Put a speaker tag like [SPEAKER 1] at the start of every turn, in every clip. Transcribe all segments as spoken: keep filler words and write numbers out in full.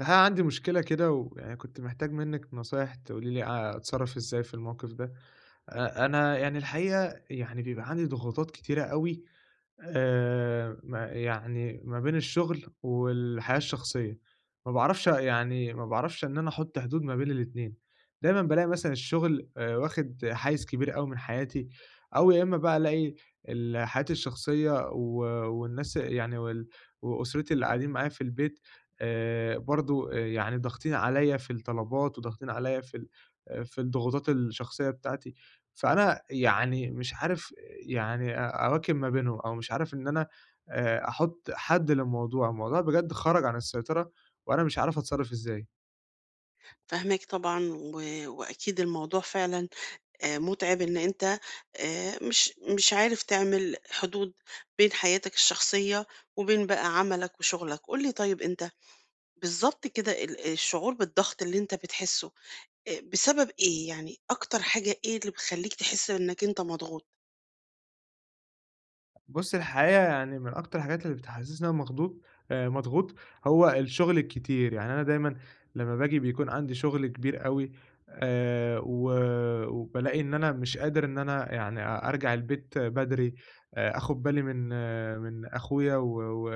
[SPEAKER 1] الحقيقة عندي مشكلة كده ويعني كنت محتاج منِّك نصايح تقولي لي آآ أتصرّف إزاي في الموقف ده. أ أنا يعني الحقيقة يعني بيبقى عندي ضغوطات كتيرة أوي، آآ ما يعني ما بين الشغل والحياة الشخصية، ما باعرفش يعني ما باعرفش إن أنا أحُط حدود ما بين الاتنين، دايمًا بالاقي مثلًا الشغل آآ واخد حيّز كبير أوي من حياتي، أو يا إمّا بقى ألاقي ال حياتي الشخصية و والناس يعني وال وأسرتي اللي قاعدين معايا في البيت، آآ برضه آآ يعني ضاغطين عليّا في الطلبات وضاغطين عليّا في ال آه، في الضغوطات الشخصية بتاعتي، فأنا يعني مش عارف يعني أ أواكب ما بينهم أو مش عارف إن أنا آآ أحُط حد للموضوع. الموضوع بجد خرج عن السيطرة وأنا مش عارف أتصرّف إزاي.
[SPEAKER 2] فاهماك طبعًا، و وأكيد الموضوع فعلًا آآ مُتعِب إن أنت آآ مش مش عارف تعمل حدود بين حياتك الشخصية وبين بقى عملك وشغلك. قُل لي طيب أنت بالضبط كده ال الشعور بالضغط اللي أنت بتحسّه آآ بسبب إيه؟ يعني أكتر حاجة إيه اللي بتخلّيك تحس إنّك أنت مضغوط؟
[SPEAKER 1] بُص، الحقيقة يعني من أكتر الحاجات اللي بتحسسني إن أنا مخضوض، آآ مضغوط، هو الشغل الكتير. يعني أنا دايمًا لمّا باجي بيكون عندي شغل كبير أوي، آآ و وبالاقي إن أنا مش قادر إن أنا يعني أ أرجع البيت بدري، آآ آخُد بالي من آه، من أخويا و و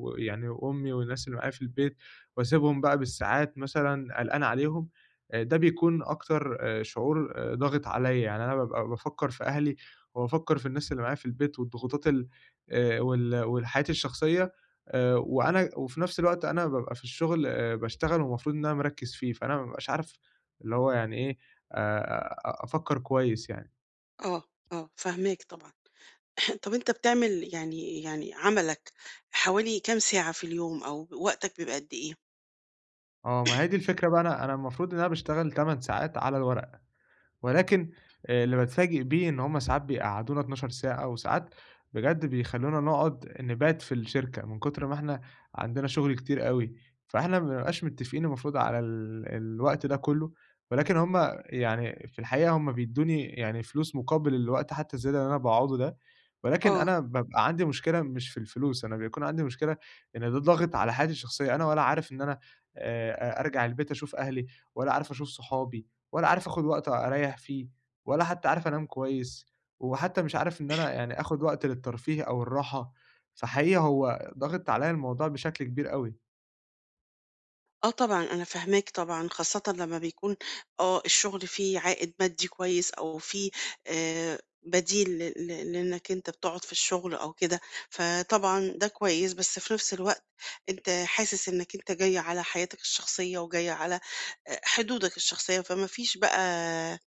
[SPEAKER 1] ويعني وأمي والناس اللي معايا في البيت، واسيبهم بقى بالساعات مثلًا قلقان عليهم. آآ ده بيكون أكتر آآ شعور آآ ضاغط عليّا، يعني أنا بابقى بافكّر في أهلي وبافكّر في الناس اللي معايا في البيت، والضغوطات ال آآ وال والحياتي الشخصية، آآ وأنا وفي نفس الوقت أنا بابقى في الشغل، آآ باشتغل والمفروض إن أنا مركّز فيه، فأنا ما بابقاش عارف اللي هو يعني إيه، آآ أ أفكّر كويس يعني.
[SPEAKER 2] آه، آه، فاهماك طبعًا. طَب أنت بتعمل يعني يعني عملك حوالي كام ساعة في اليوم أو وقتك بيبقى قد إيه؟
[SPEAKER 1] آه، ما هي دي الفكرة بقى. أنا أنا المفروض إن أنا باشتغل 8 ساعات على الورق. ولكن آآ اللي باتفاجئ بيه إن هم ساعات بيقعّدونا 12 ساعة، وساعات بجد بيخلّونا نقعد نبات في الشركة من كتر ما إحنا عندنا شغل كتير أوي، فإحنا ما بنبقاش متّفقين المفروض على ال الوقت ده كلّه، ولكن هم يعني في الحقيقة هم بيدّوني يعني فلوس مقابل الوقت حتى الزيادة اللي أنا باقعده ده، ولكن
[SPEAKER 2] آه.
[SPEAKER 1] أنا بابقى عندي مشكلة مش في الفلوس، أنا بيكون عندي مشكلة إن ده ضاغط على حياتي الشخصية. أنا ولا عارف إن أنا آآ أ أرجع البيت أشوف أهلي، ولا عارف أشوف صحابي. ولا عارف آخُد وقت أريّح فيه ولا حتّى عارف أنام كويس، وحتّى مش عارف إن أنا يعني آخُد وقت للترفيه أو الراحة، فحقيقي هو ضاغط عليّا الموضوع بشكل كبير أوي.
[SPEAKER 2] آه طبعًا، أنا فاهماك طبعًا، خاصةً لمّا بيكون آه، الشغل فيه عائد مادي كويس أو فيه آآ بديل ل ل لإنك أنت بتقعد في الشغل أو كده، فطبعًا ده كويس، بس في نفس الوقت أنت حاسس إنك أنت جاي على حياتك الشخصية وجاي على آآ حدودك الشخصية، فما فيش بقى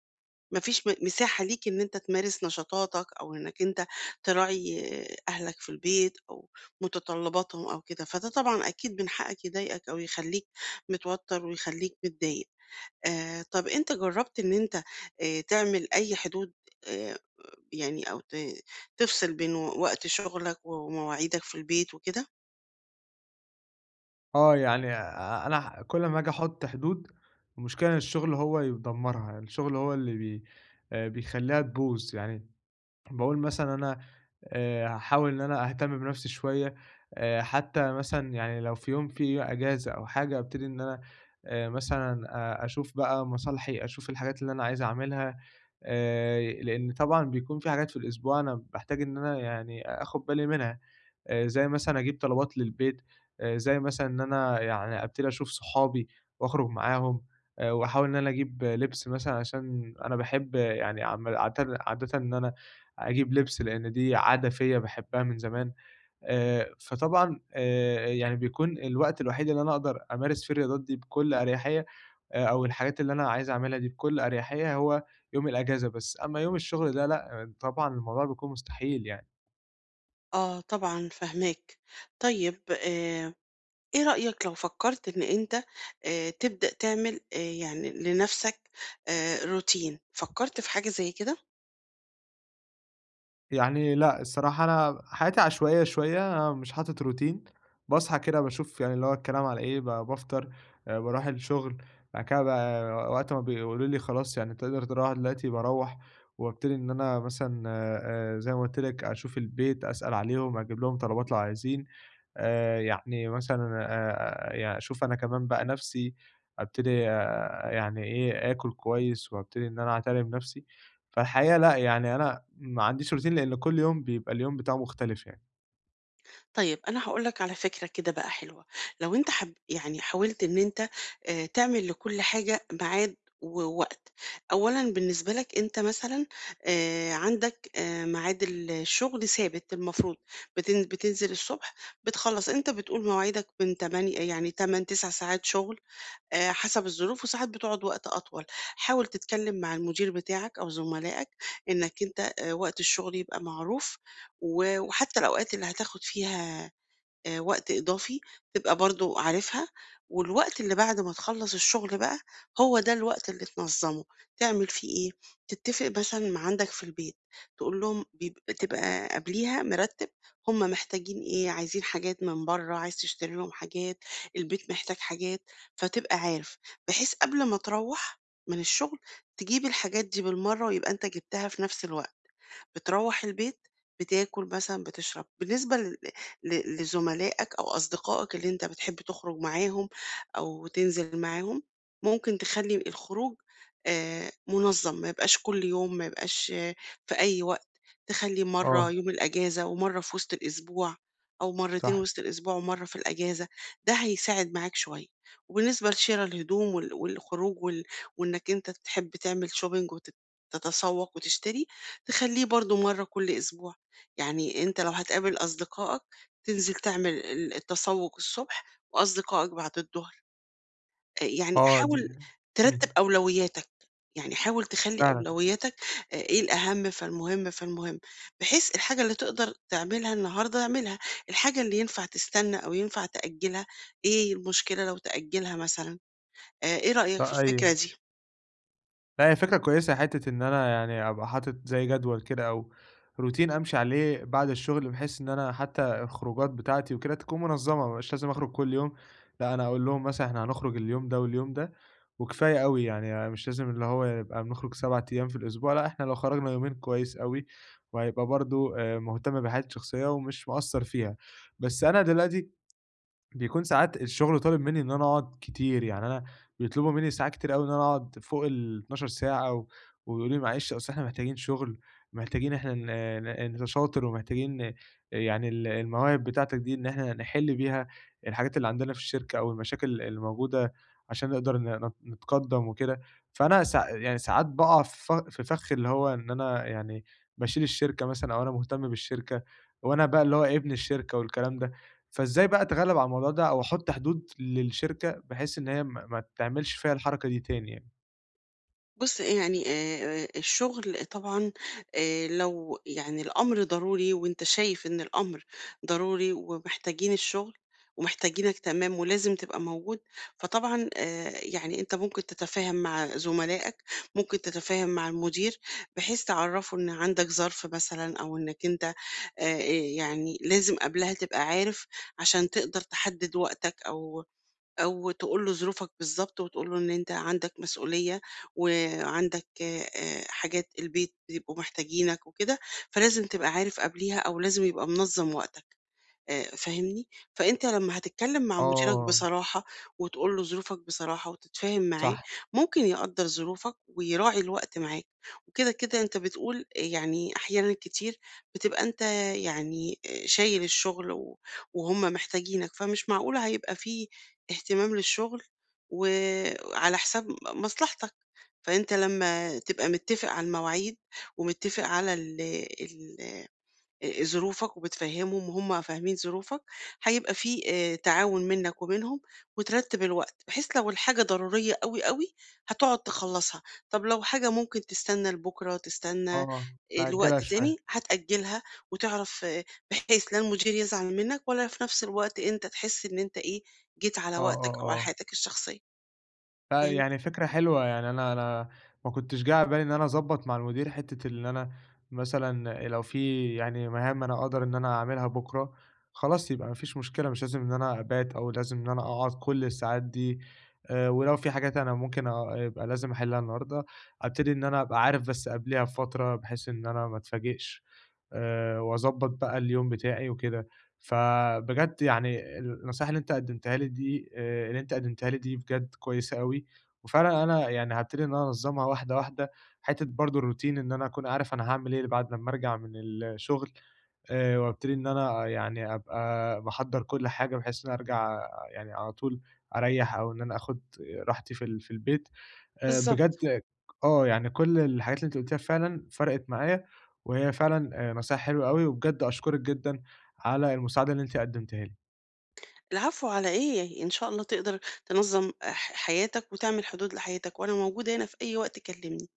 [SPEAKER 2] ما فيش م مساحة ليك إن أنت تمارس نشاطاتك أو إنك أنت تراعي أهلك في البيت أو متطلباتهم أو كده، فده طبعًا أكيد من حقك يضايقك أو يخلّيك متوتر ويخلّيك متضايق. آآ طب أنت جرّبت إن أنت آآ تعمل أي حدود آآ يعني أو ت تفصل بين و وقت شغلك ومواعيدك في البيت وكده؟
[SPEAKER 1] آه، يعني أ أنا ح كل ما آجي أحُط حدود، المشكلة إن الشُغل هو اللي بيدمّرها، الشُغل هو اللي بي آآ بيخلّيها تبوظ. يعني باقول مثلًا أنا آآ هاحاول إن أنا أهتم بنَفْسي شوية، آآ حتى مثلًا يعني لو في يوم في أجازة أو حاجة أبتدي إن أنا آآ مثلًا أ أشوف بقى مصالحي، أشوف الحاجات اللي أنا عايز أعملها، آآ لإن طبعًا بيكون في حاجات في الأسبوع أنا باحتاج إن أنا يعني آخُد بالي منها. آآ زي مثلًا أجيب طلبات للبيت، آآ زي مثلًا إن أنا يعني أبتدي أشوف صحابي وأخرج معاهم، آآ وأحاول إن أنا أجيب لبس مثلًا عشان أنا باحب يعني عم عادةً عادةً إن أنا أجيب لبس، لإن دي عادة فيّا باحبها من زمان. آآ فطبعًا آآ يعني بيكون الوقت الوحيد اللي أنا أقدر أمارس فيه الرياضات دي بكل أريحية، آآ أو الحاجات اللي أنا عايز أعملها دي بكل أريحية هو يوم الأجازة بس، أمّا يوم الشغل ده لأ، آه، طبعًا الموضوع بيكون مستحيل يعني.
[SPEAKER 2] آه طبعًا فاهماك. طيب آآ إيه رأيك لو فكرت إن أنت آآ تبدأ تعمل آآ يعني لنَفْسك آآ روتين، فكرت في حاجة زي كده؟
[SPEAKER 1] يعني لأ، الصراحة أنا حياتي عشوائية شوية، أنا مش حاطط روتين، باصحى كده باشوف يعني اللي هو الكلام على إيه، ب بافطر، آآ باروح الشغل، بعد كده بقى وقت ما بيقولوا لي خلاص يعني تقدر تروّح دلوقتي باروّح، وابتدي إن أنا مثلًا آآ زي ما قُلت لِك أشوف البيت، أسأل عليهم، أجيب لهم طلبات لو عايزين، آآ يعني مثلًا آآ يعني أشوف أنا كمان بقى نَفْسي، أبتدي، آآ يعني إيه، آكُل كويس وأبتدي إن أنا أعتني بنَفْسي. فالحقيقة لأ، يعني أنا ما عنديش routine لإن كل يوم بيبقى اليوم بتاعه مختلف يعني.
[SPEAKER 2] طيب أنا هاقول لك على فكرة كده بقى حلوة، لو أنت حب يعني حاولت إن أنت آآ تعمل لكل حاجة ميعاد ووقت، أولًا بالنسبة لك أنت مثلًا آآ عندك آآ ميعاد ال الشغل ثابت المفروض، بتن بتنزل الصبح بتخلّص، أنت بتقول مواعيدك من تمانية يعني تمانية، تسعة ساعات شغل آآ، حسب الظروف وساعات بتقعد وقت أطول، حاول تتكلم مع المدير بتاعك أو زملائك إنك أنت آآ، وقت الشغل يبقى معروف، و وحتى الأوقات اللي هتاخد فيها آآ وقت إضافي تبقى برضه عارفها، والوقت اللي بعد ما تخلّص الشغل بقى، هو ده الوقت اللي تنظّمه، تعمل فيه إيه، تتفق مثلًا مع عندك في البيت، تقول لهم بيب تبقى قبليها مرتّب هم محتاجين إيه، عايزين حاجات من برّه، عايز تشتري لهم حاجات، البيت محتاج حاجات، فتبقى عارف، بحيث قبل ما تروّح من الشغل تجيب الحاجات دي بالمرّة، ويبقى أنت جبتها في نفس الوقت. بتروّح البيت بتاكل مثلًا، بتشرب. بالنسبة ل ل لزملائك أو أصدقائك اللي أنت بتحب تخرج معاهم أو تنزل معاهم، ممكن تخلّي الخروج آآ منظَّم، ما يبقاش كل يوم، ما يبقاش آه، في أي وقت، تخلّي مرّة
[SPEAKER 1] آه،
[SPEAKER 2] يوم الأجازة ومرّة في وسط الأسبوع أو مرّتين
[SPEAKER 1] صح.
[SPEAKER 2] وسط الأسبوع ومرّة في الأجازة، ده هيساعد معاك شوية. وبالنسبة لشِرا الهدوم وال والخروج وال وإنك أنت تحب تعمل shopping وتت تتسوّق وتشتري، تخلّيه برضه مرّة كل أسبوع، يعني أنت لو هتقابل أصدقائك تنزل تعمل ال التسوق الصبح وأصدقائك بعد الضهر، آآ يعني
[SPEAKER 1] آه، دي،
[SPEAKER 2] حاول
[SPEAKER 1] إمم،
[SPEAKER 2] ترتّب أولوياتك، يعني حاول تخلّي
[SPEAKER 1] فعلًا،
[SPEAKER 2] أولوياتك آآ إيه الأهم فالمهم، فالمهم، بحيث الحاجة اللي تقدر تعملها النهارده اعملها، الحاجة اللي ينفع تستنى أو ينفع تأجّلها إيه المشكلة لو تأجّلها مثلًا، آآ إيه
[SPEAKER 1] ط
[SPEAKER 2] رأيك في
[SPEAKER 1] أيوه.
[SPEAKER 2] الفكرة دي؟
[SPEAKER 1] لأ، هي فكرة كويسة حتّة إن أنا يعني أبقى حاطط زي جدول كده أو روتين أمشي عليه بعد الشغل، بحيث إن أنا حتّى الخروجات بتاعتي وكده تكون منظمة، ما أبقاش لازم أخرج كل يوم، لأ، أنا أقول لهم مثلًا إحنا هنخرج اليوم ده واليوم ده وكفاية أوي، يعني مش لازم اللي هو يبقى بنخرج 7 أيام في الأسبوع، لأ، إحنا لو خرجنا يومين كويس أوي، وهيبقى برضه آآ مهتم بحياتي الشخصية ومش مقصّر فيها. بس أنا دلوقتي بيكون ساعات الشغل طالب منّي إن أنا أقعد كتير، يعني أنا بيطلبوا منّي ساعات كتير أوي إن أنا أقعد فوق الاتناشر ساعة، و ويقولوا لي: "معلش أصل إحنا محتاجين شغل، محتاجين إحنا ن ن أنت شاطر ومحتاجين ن- يعني ال المواهب بتاعتك دي إن إحنا نحِل بيها الحاجات اللي عندنا في الشركة أو المشاكل اللي موجودة عشان نقدر ن نت نتقدّم وكده." فأنا ساع يعني ساعات باقع في ف في فَخ اللي هو إن أنا يعني باشيل الشركة مثلًا أو أنا مهتم بالشركة، وأنا بقى اللي هو ابن الشركة والكلام ده. فإزاي بقى أتغلّب على الموضوع ده أو أحُط حدود للشركة بحيث إن هي ما ما تعملش فيّا الحركة دي تاني يعني؟
[SPEAKER 2] بُص، يعني آآ الشغل طبعًا آآ لو يعني الأمر ضروري وأنت شايف إن الأمر ضروري ومحتاجين الشغل ومحتاجينك تمام ولازم تبقى موجود، فطبعًا آآ يعني أنت ممكن تتفاهم مع زملائك، ممكن تتفاهم مع المدير بحيث تعرّفه إن عندك ظرف مثلًا أو إنك أنت آآ يعني لازم قبلها تبقى عارف عشان تقدر تحدد وقتك أو أو تقول له ظروفك بالضبط وتقول له إن أنت عندك مسؤولية وعندك آآ حاجات البيت بيبقوا محتاجينك وكده، فلازم تبقى عارف قبليها أو لازم يبقى منظَّم وقتك. آآ فاهمني؟ فأنت لمّا هتتكلّم مع مديرك
[SPEAKER 1] آه،
[SPEAKER 2] بصراحة وتقول له ظروفك بصراحة وتتفاهم معاه،
[SPEAKER 1] صح،
[SPEAKER 2] ممكن يقدّر ظروفك ويراعي الوقت معاك، وكده، كده أنت بتقول يعني أحيانًا كتير بتبقى أنت يعني آآ شايل الشغل و وهُم محتاجينك، فمش معقول هيبقى في اهتمام للشغل و على حساب م مصلحتك، فأنت لمّا تبقى متّفق على المواعيد ومتّفق على ال ال آآ ظروفك وبتفهّمهم وهُم فاهمين ظروفك، هيبقى في آآ تعاون منّك وبينهم وترتّب الوقت، بحيث لو الحاجة ضرورية أوي، أوي هتقعد تخلّصها، طب لو حاجة ممكن تستنى لبُكرة، تستنى
[SPEAKER 1] آه، أأجّلها
[SPEAKER 2] لوقت
[SPEAKER 1] شوية،
[SPEAKER 2] تاني، هتأجّلها وتعرف آه، بحيث لا المدير يزعل منّك ولا في نفس الوقت أنت تحس إن أنت إيه، جيت على
[SPEAKER 1] آه،
[SPEAKER 2] وقتك
[SPEAKER 1] آه،
[SPEAKER 2] أو على
[SPEAKER 1] آه.
[SPEAKER 2] حياتك الشخصية،
[SPEAKER 1] لأ،
[SPEAKER 2] فهمت؟
[SPEAKER 1] يعني فكرة حلوة، يعني أنا أنا ما كنتش جه على بالي إن أنا أضبّط مع المدير حتّة إن أنا مثلًا لو في يعني مهام أنا أقدر إن أنا أعملها بُكرة، خلاص يبقى ما فيش مشكلة، مش لازم إن أنا أبات أو لازم إن أنا أقعد كل الساعات دي، آآ ولو في حاجات أنا ممكن أ يبقى لازم أحلّها النهارده، أبتدي إن أنا أبقى عارف بس قبليها بفترة بحيث إن أنا ما أتفاجئش، آآ وأضبّط بقى اليوم بتاعي وكده. فبجد يعني النصايح اللي أنت قدّمتها لي دي، آآ اللي أنت قدّمتها لي دي بجد كويسة أوي، وفعلًا أنا يعني هابتدي إن أنا أنظّمها واحدة، واحدة، حتّة برضه الروتين إن أنا أكون عارف أنا هاعمل إيه بعد لمّا أرجع من الشغل، آآ وابتدي إن أنا يعني أبقى باحضّر كل حاجة بحيث إن أنا أرجع آه، يعني على طول أريّح أو إن أنا آخُد راحتي في ال في البيت. آآ
[SPEAKER 2] بالضبط.
[SPEAKER 1] بجد. آه، يعني كل الحاجات اللي أنتِ قُلتيها فعلًا فرقِت معايا، وهي فعلًا آآ نصايح حلوة أوي، وبجد أشكرِك جدًا على المساعدة اللي أنتِ قدّمتيها لي.
[SPEAKER 2] العفو على إيه، إن شاء الله تقدر تنظّم آه، ح حياتك وتعمل حدود لحياتك وأنا موجودة هنا في أي وقت كلّمني.